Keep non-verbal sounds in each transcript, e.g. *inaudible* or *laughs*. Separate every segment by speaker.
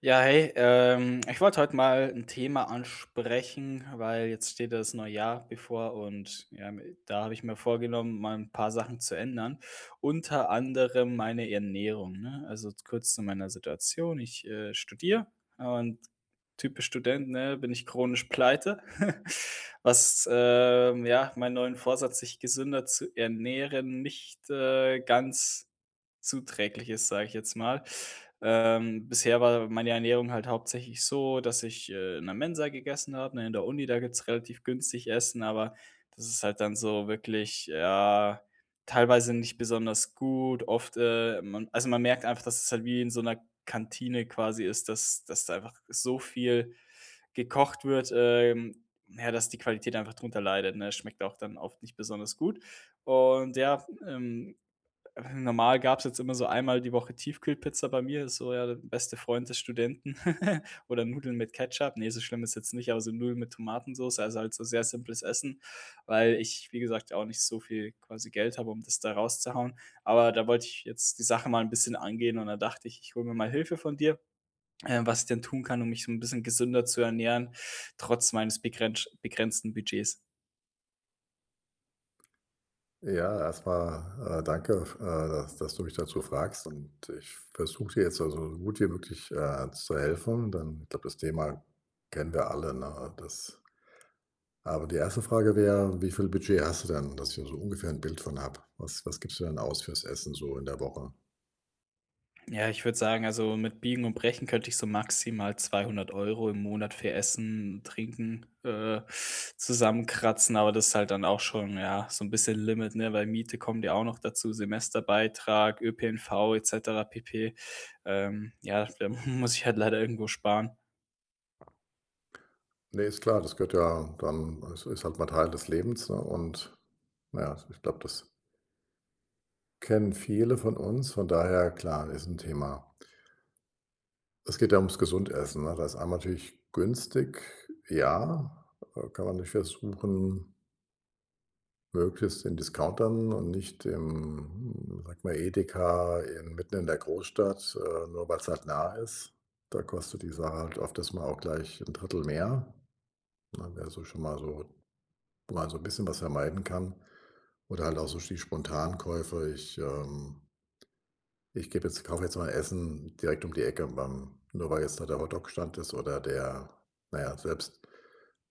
Speaker 1: Ja, hey, ich wollte heute mal ein Thema ansprechen, weil jetzt steht das neue Jahr bevor und ja, da habe ich mir vorgenommen, mal ein paar Sachen zu ändern, unter anderem meine Ernährung, ne? Also, kurz zu meiner Situation. Ich studiere und typisch Student, ne, bin ich chronisch pleite, *laughs* was, ja, meinen neuen Vorsatz, sich gesünder zu ernähren, nicht ganz Zuträglich ist, sage ich jetzt mal. Bisher war meine Ernährung halt hauptsächlich so, dass ich in der Mensa gegessen habe, ne, in der Uni, da gibt's relativ günstig Essen, aber das ist halt dann so wirklich, ja, teilweise nicht besonders gut. Oft man merkt einfach, dass es halt wie in so einer Kantine quasi ist, dass da einfach so viel gekocht wird, ja, dass die Qualität einfach drunter leidet, ne? Schmeckt auch dann oft nicht besonders gut. Und ja, normal gab's jetzt immer so einmal die Woche Tiefkühlpizza bei mir, ist so ja der beste Freund des Studenten *laughs* oder Nudeln mit Ketchup. Ne, so schlimm ist jetzt nicht, aber so Nudeln mit Tomatensoße, also halt so sehr simples Essen, weil ich, wie gesagt, ja auch nicht so viel quasi Geld habe, um das da rauszuhauen. Aber da wollte ich jetzt die Sache mal ein bisschen angehen und da dachte ich, ich hole mir mal Hilfe von dir, was ich denn tun kann, um mich so ein bisschen gesünder zu ernähren, trotz meines begrensch begrenzten Budgets.
Speaker 2: Ja, erstmal danke, f dass du mich dazu fragst und ich versuche dir jetzt, also, so gut wie möglich, zu helfen, denn ich glaube, das Thema kennen wir alle, ne? Das Aber die erste Frage wäre: Wie viel Budget hast du denn, dass ich so ungefähr ein Bild von habe? Was gibst du denn aus fürs Essen so in der Woche?
Speaker 1: Ja, ich würde sagen, also mit Biegen und Brechen könnte ich so maximal 200 € im Monat für Essen, Trinken, zusammenkratzen, aber das ist halt dann auch schon, ja, so ein bisschen Limit, ne, weil Miete kommt ja auch noch dazu, Semesterbeitrag, ÖPNV et cetera pp. Ja, da *laughs* muss ich halt leider irgendwo sparen.
Speaker 2: Ne, ist klar, das gehört ja dann, es ist halt mal Teil des Lebens, ne? Und naja, ich glaube, das kennen viele von uns. Von daher, klar, ist ein Thema. Es geht ja ums Gesundessen, ne? Da ist einmal natürlich günstig, ja, kann man nicht versuchen, möglichst in Discountern und nicht im, sag mal, Edeka in mitten in der Großstadt, nur weil es halt nah ist. Da kostet die Sache halt oft, das mal auch gleich ein Drittel mehr, ne? Wäre so schon mal so, wo man so ein bisschen was vermeiden kann. Oder halt auch so die Spontankäufe. Ich gebe jetzt, kaufe jetzt mal Essen direkt um die Ecke beim, nur weil jetzt da der Hotdog-Stand ist oder der, na ja, selbst,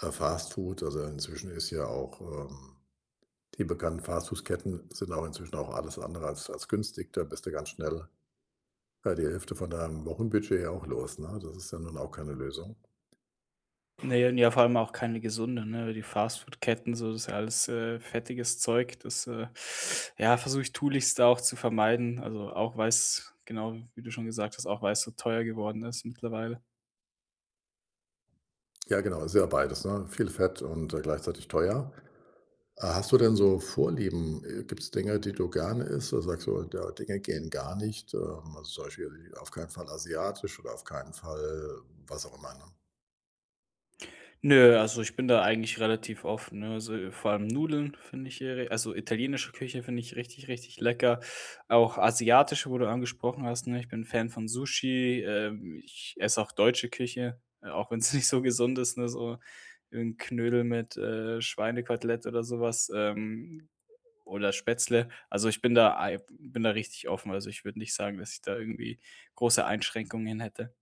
Speaker 2: Fastfood. Also, inzwischen ist ja auch, die bekannten Fastfood-Ketten sind auch inzwischen auch alles andere als günstig. Da bist du ganz schnell, ja, die Hälfte von deinem Wochenbudget ja auch los, ne? Das ist ja nun auch keine Lösung.
Speaker 1: Ne, und ja, vor allem auch keine gesunde, ne? Die Fastfood-Ketten, so, das ist ja alles fettiges Zeug. Das, ja, versuche ich tunlichst auch zu vermeiden. Also, auch weil's genau, wie du schon gesagt hast, auch weil's so teuer geworden ist mittlerweile.
Speaker 2: Ja, genau, ist ja beides, ne? Viel Fett und, gleichzeitig teuer. Hast du denn so Vorlieben? Gibt es Dinge, die du gerne isst? Oder sagst du, ja, Dinge gehen gar nicht? Also zum Beispiel auf keinen Fall asiatisch oder auf keinen Fall was auch immer, ne?
Speaker 1: Nö, also ich bin da eigentlich relativ offen, ne? Also, vor allem also italienische Küche finde ich richtig, richtig lecker. Auch asiatische, wo du angesprochen hast, ne? Ich bin Fan von Sushi. Ich esse auch deutsche Küche, auch wenn es *laughs* nicht so gesund ist, ne? So ein Knödel mit Schweinekotelett oder sowas oder Spätzle. Also, ich bin da ei bin da richtig offen. Also, ich würde nicht sagen, dass ich da irgendwie große Einschränkungen hätte.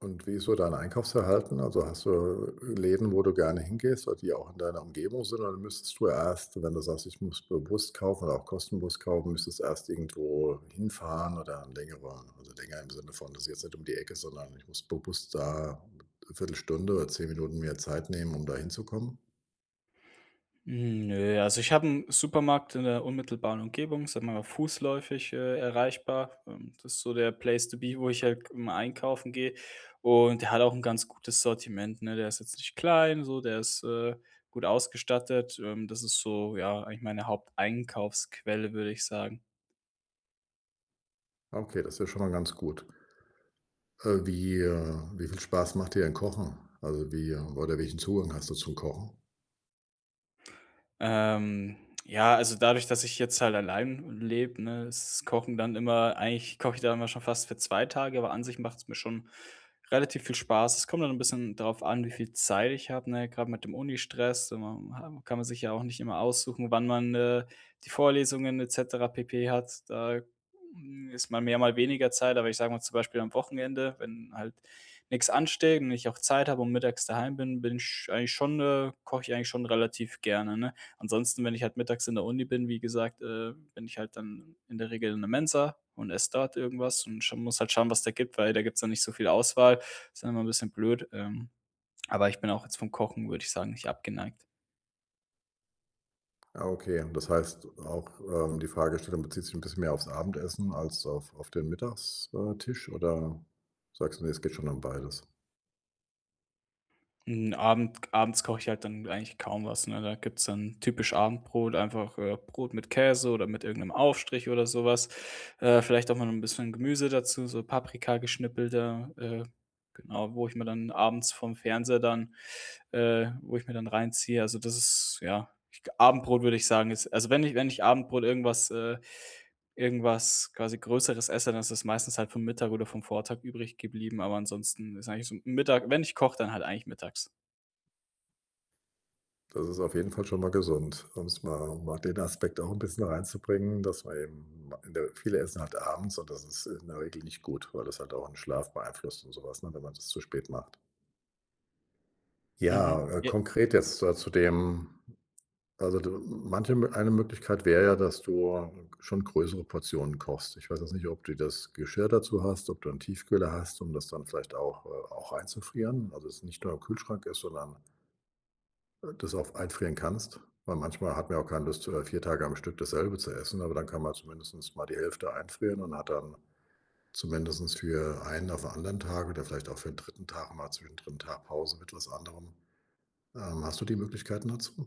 Speaker 2: Und wie ist so dein Einkaufsverhalten? Also hast du Läden, wo du gerne hingehst oder die auch in deiner Umgebung sind? Oder müsstest du erst, wenn du sagst, ich muss bewusst kaufen oder auch kostenlos kaufen, müsstest du erst irgendwo hinfahren oder längere, also länger im Sinne von, das ist jetzt nicht um die Ecke, sondern ich muss bewusst da eine Viertelstunde oder 10 Minuten mehr Zeit nehmen, um da hinzukommen?
Speaker 1: Hm, nö, also ich habe einen Supermarkt in der unmittelbaren Umgebung, sagen wir mal fußläufig, erreichbar. Das ist so der Place to be, wo ich halt immer einkaufen gehe. Und der hat auch ein ganz gutes Sortiment, ne? Der ist jetzt nicht klein, so, der ist gut ausgestattet. Das ist so, ja, eigentlich meine Haupteinkaufsquelle, würde ich sagen.
Speaker 2: Okay, das ist ja schon mal ganz gut. Wie wie viel Spaß macht dir denn Kochen? Also, wie oder welchen Zugang hast du zum Kochen?
Speaker 1: Ähm, ja, also dadurch, dass ich jetzt halt allein lebe, ne, ist das Kochen dann immer eigentlich koche ich da immer schon fast für 2 Tage, aber an sich macht's mir schon relativ viel Spaß. Es kommt dann ein bisschen darauf an, wie viel Zeit ich habe, ne? Gerade mit dem Unistress, da man ha kann man sich ja auch nicht immer aussuchen, wann man die Vorlesungen et cetera pp. Hat. Da, hm, ist mal mehr, mal weniger Zeit, aber ich sage mal zum Beispiel am Wochenende, wenn halt nichts ansteht und ich auch Zeit habe und mittags daheim bin, koche ich eigentlich schon relativ gerne, ne? Ansonsten, wenn ich halt mittags in der Uni bin, wie gesagt, bin ich halt dann in der Regel in der Mensa und esse dort irgendwas und scha muss halt schauen, was da gibt, weil da gibt es dann nicht so viel Auswahl. Ist dann immer ein bisschen blöd, aber ich bin auch jetzt vom Kochen, würde ich sagen, nicht abgeneigt.
Speaker 2: Ah, okay. Das heißt auch, die Fragestellung bezieht sich ein bisschen mehr aufs Abendessen als auf den Mittagstisch, oder sagst du: „Ne, es geht schon um beides?"
Speaker 1: Abends koche ich halt dann eigentlich kaum was, ne? Da gibt's dann typisch Abendbrot, einfach, Brot mit Käse oder mit irgendeinem Aufstrich oder sowas. Vielleicht auch mal ein bisschen Gemüse dazu, so Paprika geschnippelte, genau, wo ich mir dann abends vom Fernseher dann wo ich mir dann reinziehe. Also, das ist ja, ich Abendbrot würde ich sagen, ist also, wenn ich Abendbrot irgendwas quasi Größeres esse, dann ist es meistens halt vom Mittag oder vom Vortag übrig geblieben, aber ansonsten ist eigentlich so Mittag wenn ich koche, dann halt eigentlich mittags.
Speaker 2: Das ist auf jeden Fall schon mal gesund, um mal den Aspekt auch ein bisschen reinzubringen, dass man eben, in der viele essen halt abends und das ist in der Regel nicht gut, weil das halt auch 'n Schlaf beeinflusst und sowas, ne, wenn man das zu spät macht.
Speaker 1: Mhm.
Speaker 2: Ja,
Speaker 1: Ja.
Speaker 2: konkret jetzt, zu dem also, eine Möglichkeit wäre ja, dass du schon größere Portionen kochst. Ich weiß jetzt nicht, ob du das Geschirr dazu hast, ob du einen Tiefkühler hast, um das dann vielleicht auch einzufrieren, also, es nicht nur im Kühlschrank ist, sondern, das auch einfrieren kannst, weil manchmal hat man ja auch keine Lust, 4 Tage am Stück dasselbe zu essen, aber dann kann man zumindest mal die Hälfte einfrieren und hat dann zumindest für einen auf 'n anderen Tag oder vielleicht auch für den dritten Tag mal zwischendrin 'n Tag Pause mit was anderem. Hast du die Möglichkeiten dazu?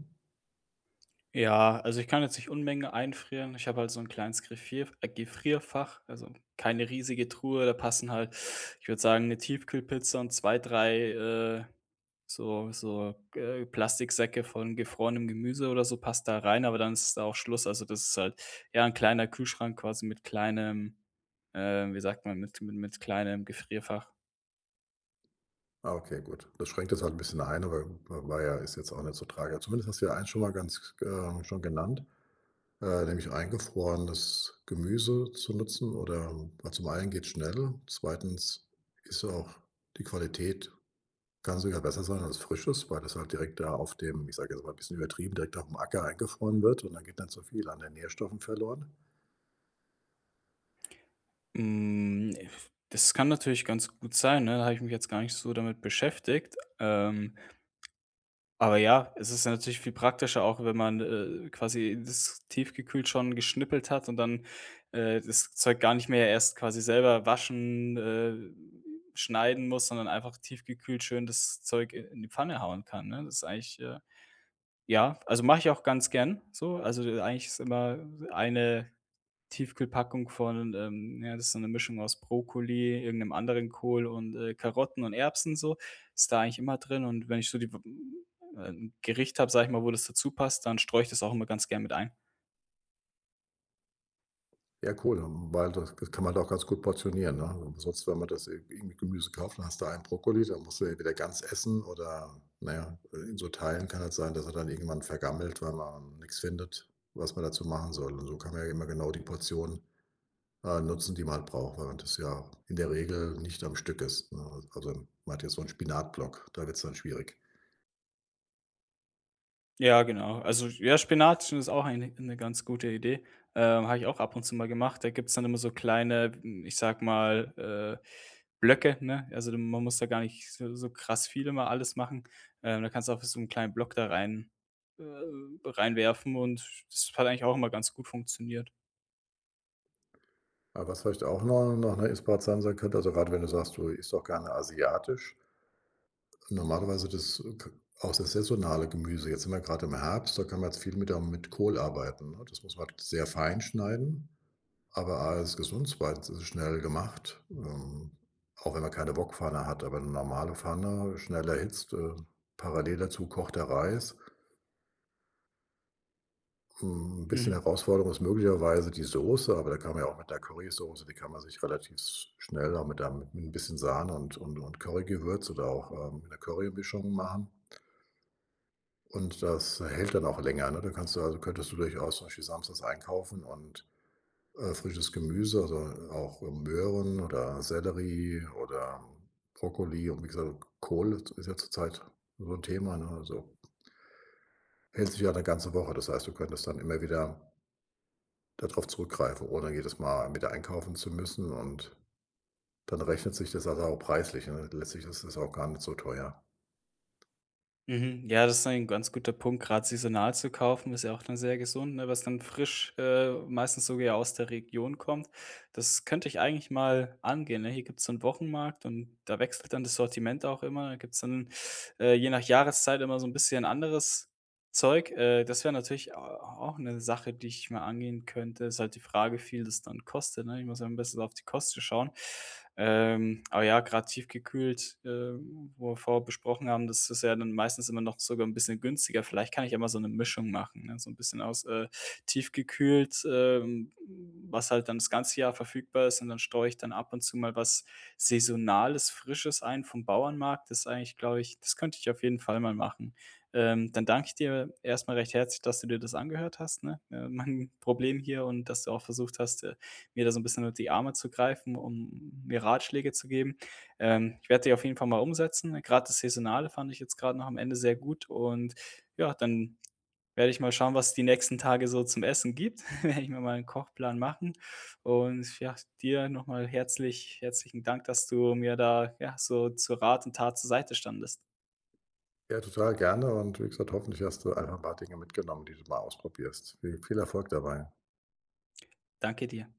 Speaker 1: Ja, also ich kann jetzt nicht Unmengen einfrieren. Ich habe halt so ein kleines Griffier Gefrierfach, also keine riesige Truhe. Da passen halt, ich würde sagen, eine Tiefkühlpizza und zwei, drei Plastiksäcke von gefrorenem Gemüse oder so passt da rein, aber dann ist da auch Schluss. Also, das ist halt, ja, ein kleiner Kühlschrank quasi mit kleinem, wie sagt man, mit kleinem Gefrierfach.
Speaker 2: Ah, okay, gut. Das schränkt das halt ein bisschen ein, aber war ja ist jetzt auch nicht so tragisch. Zumindest hast du ja eins schon mal ganz, schon genannt, nämlich eingefrorenes Gemüse zu nutzen, oder weil zum einen geht schnell, zweitens ist auch die Qualität kann sogar besser sein als Frisches, weil das halt direkt da auf dem, ich sage jetzt mal ein bisschen übertrieben, direkt auf dem Acker eingefroren wird und dann geht dann so viel an den Nährstoffen verloren.
Speaker 1: Hm, das kann natürlich ganz gut sein, ne? Da habe ich mich jetzt gar nicht so damit beschäftigt. Aber ja, es ist ja natürlich viel praktischer, auch wenn man quasi das tiefgekühlt schon geschnippelt hat und dann, das Zeug gar nicht mehr erst quasi selber waschen, schneiden muss, sondern einfach tiefgekühlt schön das Zeug i in die Pfanne hauen kann, ne? Ja, also mache ich auch ganz gern so. Also, eigentlich ist immer eine Tiefkühlpackung von, ja, das ist so eine Mischung aus Brokkoli, irgendeinem anderen Kohl und, Karotten und Erbsen so, ist da eigentlich immer drin. Und wenn ich so die 'n Gericht habe, sage ich mal, wo das dazu passt, dann streue ich das auch immer ganz gern mit ein.
Speaker 2: Ja, cool, weil das kann man doch ganz gut portionieren, ne? Sonst, wenn man das irgendwie Gemüse kauft, dann hast du einen Brokkoli, dann musst du entweder ganz essen oder, naja, ja, in so Teilen kann es sein, dass er dann irgendwann vergammelt, weil man nichts findet, was man dazu machen soll. Und so kann man ja immer genau die Portion, nutzen, die man halt braucht, weil das ja in der Regel nicht am Stück ist, ne? Also, man hat jetzt so einen Spinatblock, da wird es dann schwierig.
Speaker 1: Ja, genau. Also, ja, Spinat ist auch eine 'ne ganz gute Idee. Habe ich auch ab und zu mal gemacht. Da gibt's dann immer so kleine, hm, ich sag mal, äh, Blöcke, ne? Also, d man muss da gar nicht so so krass viel immer alles machen. Da kannst du auch so einen kleinen Block da äh, reinwerfen und das hat eigentlich auch immer ganz gut funktioniert.
Speaker 2: Aber was vielleicht auch noch 'ne Inspiration sein könnte, also, gerade wenn du sagst, du isst doch gerne asiatisch. Normalerweise das k auch das saisonale Gemüse. Jetzt sind wir gerade im Herbst, da kann man jetzt viel mit Kohl arbeiten, ne? Das muss man halt sehr fein schneiden, aber A ist gesund, zweitens ist es schnell gemacht, auch wenn man keine Wokpfanne hat, aber eine normale Pfanne, schnell erhitzt, parallel dazu kocht der Reis. Ein bisschen
Speaker 1: Mhm.
Speaker 2: Herausforderung ist möglicherweise die Soße, aber da kann man ja auch mit der Currysoße, die kann man sich relativ schnell auch mit 'n bisschen Sahne und und Currygewürz oder auch, mit 'ner Currymischung machen. Und das hält dann auch länger, ne? Da kannst du also könntest du durchaus zum Beispiel samstags einkaufen und, frisches Gemüse, also auch Möhren oder Sellerie oder Brokkoli, und wie gesagt, Kohl ist ja zurzeit so ein Thema, ne? Also, hält sich ja eine ganze Woche. Das heißt, du könntest dann immer wieder da drauf zurückgreifen, ohne jedes Mal wieder einkaufen zu müssen, und dann rechnet sich das also auch preislich, ne? Letztlich ist es auch gar nicht so teuer.
Speaker 1: Mhm. Ja, das ist ein ganz guter Punkt. Grad saisonal zu kaufen ist ja auch dann sehr gesund, ne, was dann frisch, meistens sogar ja aus der Region kommt. Das könnte ich eigentlich mal angehen, ne? Hier gibt es so einen Wochenmarkt und da wechselt dann das Sortiment auch immer. Da gibt es dann, je nach Jahreszeit immer so ein bisschen anderes Zeug, das wäre natürlich a auch eine Sache, die ich mal angehen könnte. Ist halt die Frage, wie viel das dann kostet, ne? Ich muss ja ein bisschen auf die Kosten schauen. Aber ja, grad tiefgekühlt, wo wir vorher besprochen haben, das ist ja dann meistens immer noch sogar ein bisschen günstiger. Vielleicht kann ich ja mal so eine Mischung machen, ne? So ein bisschen aus tiefgekühlt, was halt dann das ganze Jahr verfügbar ist und dann streue ich dann ab und zu mal was Saisonales, Frisches ein vom Bauernmarkt. Das ist eigentlich, glaube ich das könnte ich auf jeden Fall mal machen. Dann danke ich dir erstmal recht herzlich, dass du dir das angehört hast, ne, mein *laughs* Problem hier und dass du auch versucht hast, mir da so ein bisschen unter die Arme zu greifen, um mir Ratschläge zu geben. Ich werde die auf jeden Fall mal umsetzen. Gerade das Saisonale fand ich jetzt gerade noch am Ende sehr gut und ja, dann werde ich mal schauen, was es die nächsten Tage so zum Essen gibt. *laughs* Werde ich mir mal einen Kochplan machen und ja, dir nochmal mal herzlich herzlichen Dank, dass du mir da, ja, so zu Rat und Tat zur Seite standest.
Speaker 2: Ja, total gerne und wie gesagt, hoffentlich hast du einfach ein paar Dinge mitgenommen, die du mal ausprobierst. Viel viel Erfolg dabei.
Speaker 1: Danke dir.